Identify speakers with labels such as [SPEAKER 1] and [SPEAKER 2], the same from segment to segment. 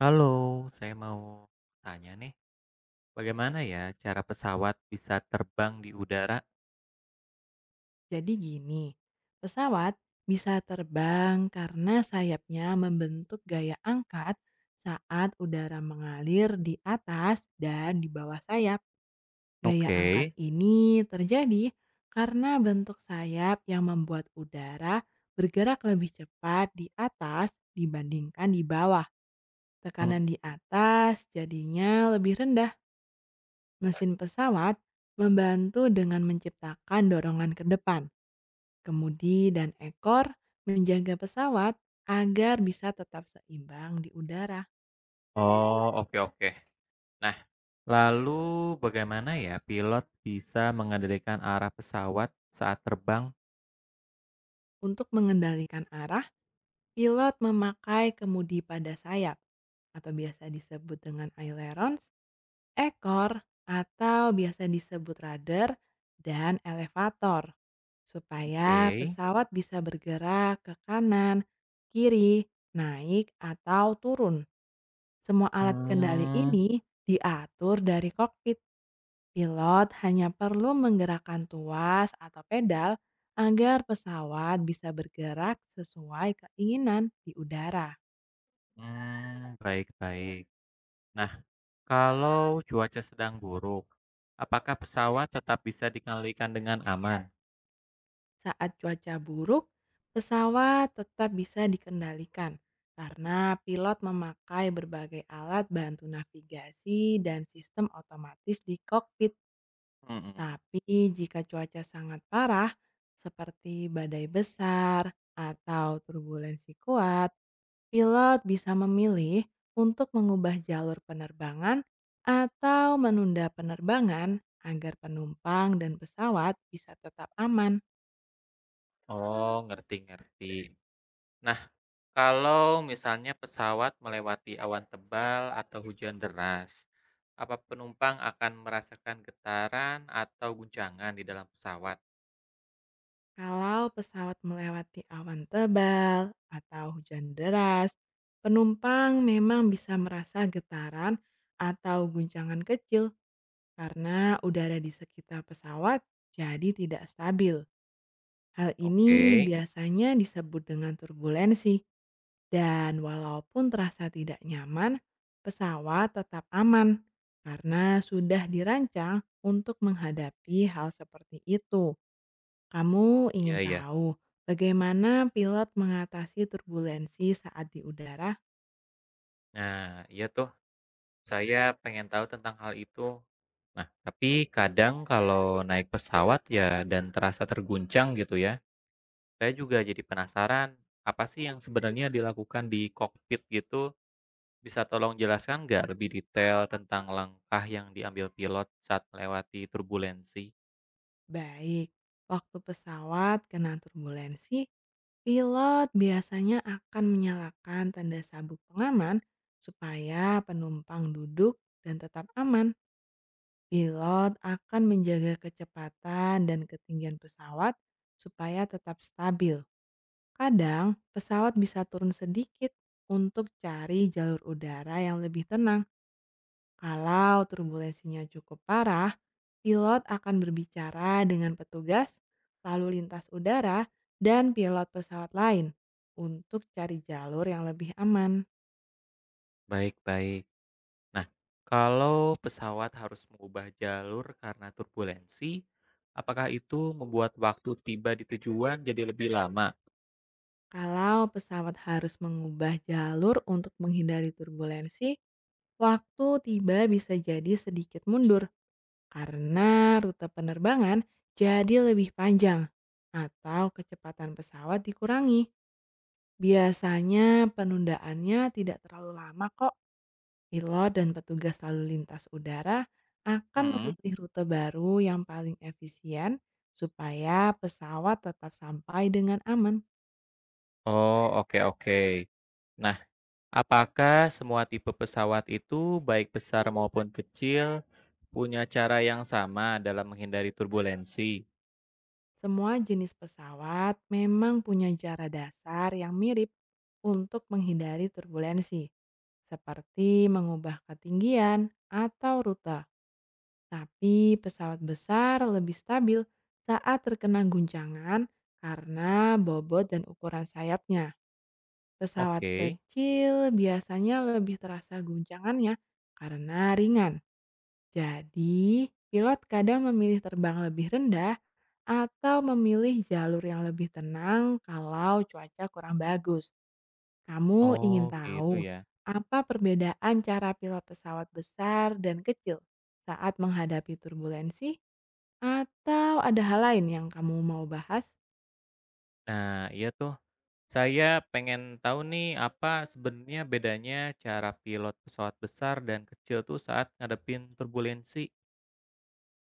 [SPEAKER 1] Halo, saya mau tanya nih, bagaimana ya cara pesawat bisa terbang di udara?
[SPEAKER 2] Jadi gini, pesawat bisa terbang karena sayapnya membentuk gaya angkat saat udara mengalir di atas dan di bawah sayap. Gaya angkat
[SPEAKER 1] Oke.
[SPEAKER 2] ini terjadi karena bentuk sayap yang membuat udara bergerak lebih cepat di atas dibandingkan di bawah.
[SPEAKER 1] Hmm.
[SPEAKER 2] Tekanan di atas jadinya lebih rendah. Mesin pesawat membantu dengan menciptakan dorongan ke depan. Kemudi dan ekor menjaga pesawat agar bisa tetap seimbang di udara.
[SPEAKER 1] Oh, oke oke. Nah, lalu bagaimana ya pilot bisa mengendalikan arah pesawat saat terbang?
[SPEAKER 2] Untuk mengendalikan arah, pilot memakai kemudi pada sayap atau biasa disebut dengan ailerons, ekor atau biasa disebut rudder dan elevator supaya
[SPEAKER 1] Oke.
[SPEAKER 2] pesawat bisa bergerak ke kanan, kiri, naik atau turun. Semua alat kendali
[SPEAKER 1] Hmm,
[SPEAKER 2] ini diatur dari kokpit. Pilot hanya perlu menggerakkan tuas atau pedal agar pesawat bisa bergerak sesuai keinginan di udara.
[SPEAKER 1] hmm, baik baik. Nah, kalau cuaca sedang buruk, apakah pesawat tetap bisa dikendalikan dengan aman?
[SPEAKER 2] Saat cuaca buruk, pesawat tetap bisa dikendalikan karena pilot memakai berbagai alat bantu navigasi dan sistem otomatis di kokpit.
[SPEAKER 1] Mm-mm.
[SPEAKER 2] Tapi jika cuaca sangat parah, seperti badai besar atau turbulensi kuat, pilot bisa memilih untuk mengubah jalur penerbangan atau menunda penerbangan agar penumpang dan pesawat bisa tetap aman.
[SPEAKER 1] Oh, ngerti ngerti. Nah. Kalau misalnya pesawat melewati awan tebal atau hujan deras, apa penumpang akan merasakan getaran atau guncangan di dalam pesawat?
[SPEAKER 2] Kalau pesawat melewati awan tebal atau hujan deras, penumpang memang bisa merasa getaran atau guncangan kecil karena udara di sekitar pesawat jadi tidak stabil. Hal
[SPEAKER 1] Oke,
[SPEAKER 2] ini biasanya disebut dengan turbulensi. Dan walaupun terasa tidak nyaman, pesawat tetap aman karena sudah dirancang untuk menghadapi hal seperti itu. Kamu ingin
[SPEAKER 1] iya iya.
[SPEAKER 2] tahu bagaimana pilot mengatasi turbulensi saat di udara?
[SPEAKER 1] Nah, iya tuh, saya pengen tahu tentang hal itu. Nah, tapi kadang kalau naik pesawat ya dan terasa terguncang gitu ya, saya juga jadi penasaran, apa sih yang sebenarnya dilakukan di kokpit gitu. Bisa tolong jelaskan nggak lebih detail tentang langkah yang diambil pilot saat melewati turbulensi?
[SPEAKER 2] Baik, waktu pesawat kena turbulensi, pilot biasanya akan menyalakan tanda sabuk pengaman supaya penumpang duduk dan tetap aman. Pilot akan menjaga kecepatan dan ketinggian pesawat supaya tetap stabil. Kadang pesawat bisa turun sedikit untuk cari jalur udara yang lebih tenang. Kalau turbulensinya cukup parah, pilot akan berbicara dengan petugas, lalu lintas udara, dan pilot pesawat lain untuk cari jalur yang lebih aman.
[SPEAKER 1] Baik, baik. Nah, kalau pesawat harus mengubah jalur karena turbulensi, apakah itu membuat waktu tiba di tujuan jadi lebih lama?
[SPEAKER 2] Kalau pesawat harus mengubah jalur untuk menghindari turbulensi, waktu tiba bisa jadi sedikit mundur karena rute penerbangan jadi lebih panjang atau kecepatan pesawat dikurangi. Biasanya penundaannya tidak terlalu lama kok. Pilot dan petugas lalu lintas udara akan
[SPEAKER 1] Mm.
[SPEAKER 2] memilih rute baru yang paling efisien supaya pesawat tetap sampai dengan aman.
[SPEAKER 1] Oh, oke, oke. Nah, apakah semua tipe pesawat itu, baik besar maupun kecil, punya cara yang sama dalam menghindari turbulensi?
[SPEAKER 2] Semua jenis pesawat memang punya cara dasar yang mirip untuk menghindari turbulensi, seperti mengubah ketinggian atau rute. Tapi pesawat besar lebih stabil saat terkena guncangan karena bobot dan ukuran sayapnya. Pesawat
[SPEAKER 1] Oke.
[SPEAKER 2] kecil biasanya lebih terasa guncangannya karena ringan. Jadi, pilot kadang memilih terbang lebih rendah atau memilih jalur yang lebih tenang kalau cuaca kurang bagus? Kamu ingin
[SPEAKER 1] Oh, gitu
[SPEAKER 2] tahu
[SPEAKER 1] ya.
[SPEAKER 2] apa perbedaan cara pilot pesawat besar dan kecil saat menghadapi turbulensi? Atau ada hal lain yang kamu mau bahas?
[SPEAKER 1] Nah, iya tuh. Saya pengen tahu nih apa sebenarnya bedanya cara pilot pesawat besar dan kecil tuh saat ngadepin turbulensi.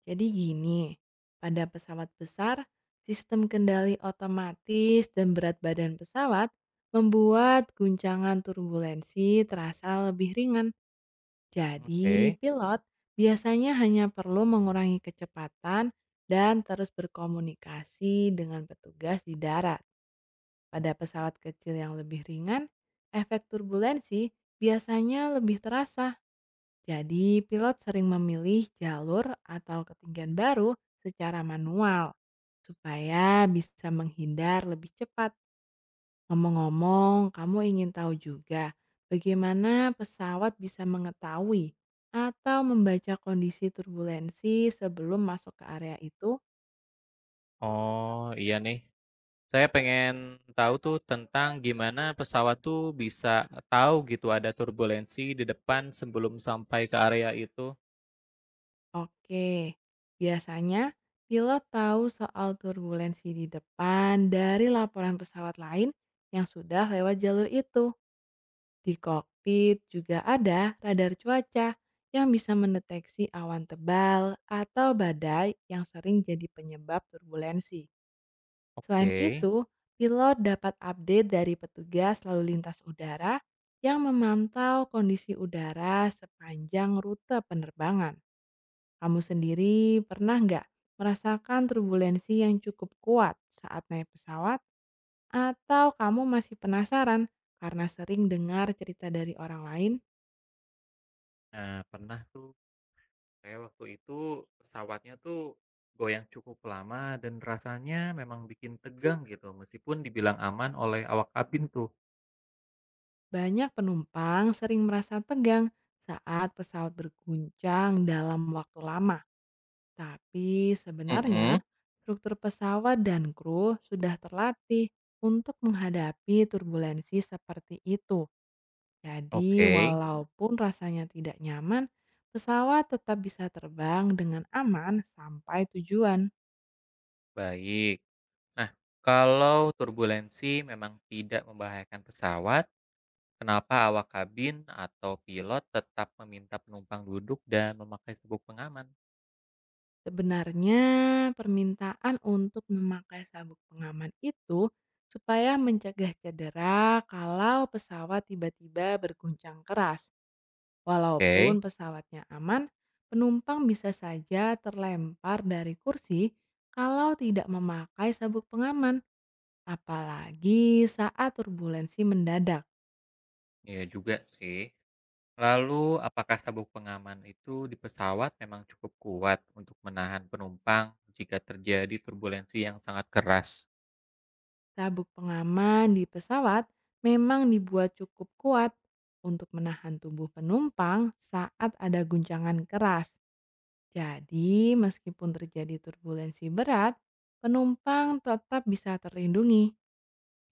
[SPEAKER 2] Jadi gini, pada pesawat besar, sistem kendali otomatis dan berat badan pesawat membuat guncangan turbulensi terasa lebih ringan. Jadi,
[SPEAKER 1] Oke.
[SPEAKER 2] pilot biasanya hanya perlu mengurangi kecepatan dan terus berkomunikasi dengan petugas di darat. Pada pesawat kecil yang lebih ringan, efek turbulensi biasanya lebih terasa. Jadi, pilot sering memilih jalur atau ketinggian baru secara manual supaya bisa menghindar lebih cepat. Ngomong-ngomong, kamu ingin tahu juga bagaimana pesawat bisa mengetahui atau membaca kondisi turbulensi sebelum masuk ke area itu?
[SPEAKER 1] Oh, iya nih. Saya pengen tahu tuh tentang gimana pesawat tuh bisa tahu gitu ada turbulensi di depan sebelum sampai ke area itu.
[SPEAKER 2] Oke, biasanya pilot tahu soal turbulensi di depan dari laporan pesawat lain yang sudah lewat jalur itu. Di kokpit juga ada radar cuaca yang bisa mendeteksi awan tebal atau badai yang sering jadi penyebab turbulensi. Selain
[SPEAKER 1] Oke.
[SPEAKER 2] itu, pilot dapat update dari petugas lalu lintas udara yang memantau kondisi udara sepanjang rute penerbangan. Kamu sendiri pernah nggak merasakan turbulensi yang cukup kuat saat naik pesawat? Atau kamu masih penasaran karena sering dengar cerita dari orang lain?
[SPEAKER 1] Nah, pernah tuh. Saya waktu itu pesawatnya tuh goyang cukup lama dan rasanya memang bikin tegang gitu, meskipun dibilang aman oleh awak kabin tuh.
[SPEAKER 2] Banyak penumpang sering merasa tegang saat pesawat berguncang dalam waktu lama. Tapi sebenarnya
[SPEAKER 1] Mhm,
[SPEAKER 2] struktur pesawat dan kru sudah terlatih untuk menghadapi turbulensi seperti itu. Jadi
[SPEAKER 1] oke,
[SPEAKER 2] walaupun rasanya tidak nyaman, pesawat tetap bisa terbang dengan aman sampai tujuan.
[SPEAKER 1] baik. Nah, kalau turbulensi memang tidak membahayakan pesawat, kenapa awak kabin atau pilot tetap meminta penumpang duduk dan memakai sabuk pengaman?
[SPEAKER 2] Sebenarnya permintaan untuk memakai sabuk pengaman itu supaya mencegah cedera kalau pesawat tiba-tiba berguncang keras.
[SPEAKER 1] Oke,
[SPEAKER 2] Walaupun pesawatnya aman, penumpang bisa saja terlempar dari kursi kalau tidak memakai sabuk pengaman, apalagi saat turbulensi mendadak.
[SPEAKER 1] iya juga sih. Lalu, apakah sabuk pengaman itu di pesawat memang cukup kuat untuk menahan penumpang jika terjadi turbulensi yang sangat keras?
[SPEAKER 2] Sabuk pengaman di pesawat memang dibuat cukup kuat untuk menahan tubuh penumpang saat ada guncangan keras. Jadi, meskipun terjadi turbulensi berat, penumpang tetap bisa terlindungi.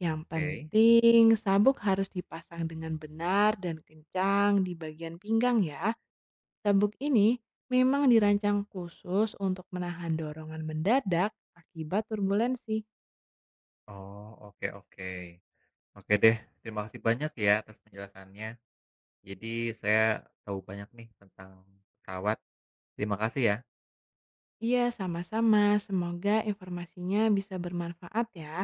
[SPEAKER 2] Yang
[SPEAKER 1] Oke.
[SPEAKER 2] penting, sabuk harus dipasang dengan benar dan kencang di bagian pinggang ya. Sabuk ini memang dirancang khusus untuk menahan dorongan mendadak akibat turbulensi.
[SPEAKER 1] Oh, oke oke. Oke deh, terima kasih banyak ya atas penjelasannya. Jadi saya tahu banyak nih tentang pesawat. Terima kasih ya.
[SPEAKER 2] Iya, sama-sama. Semoga informasinya bisa bermanfaat ya.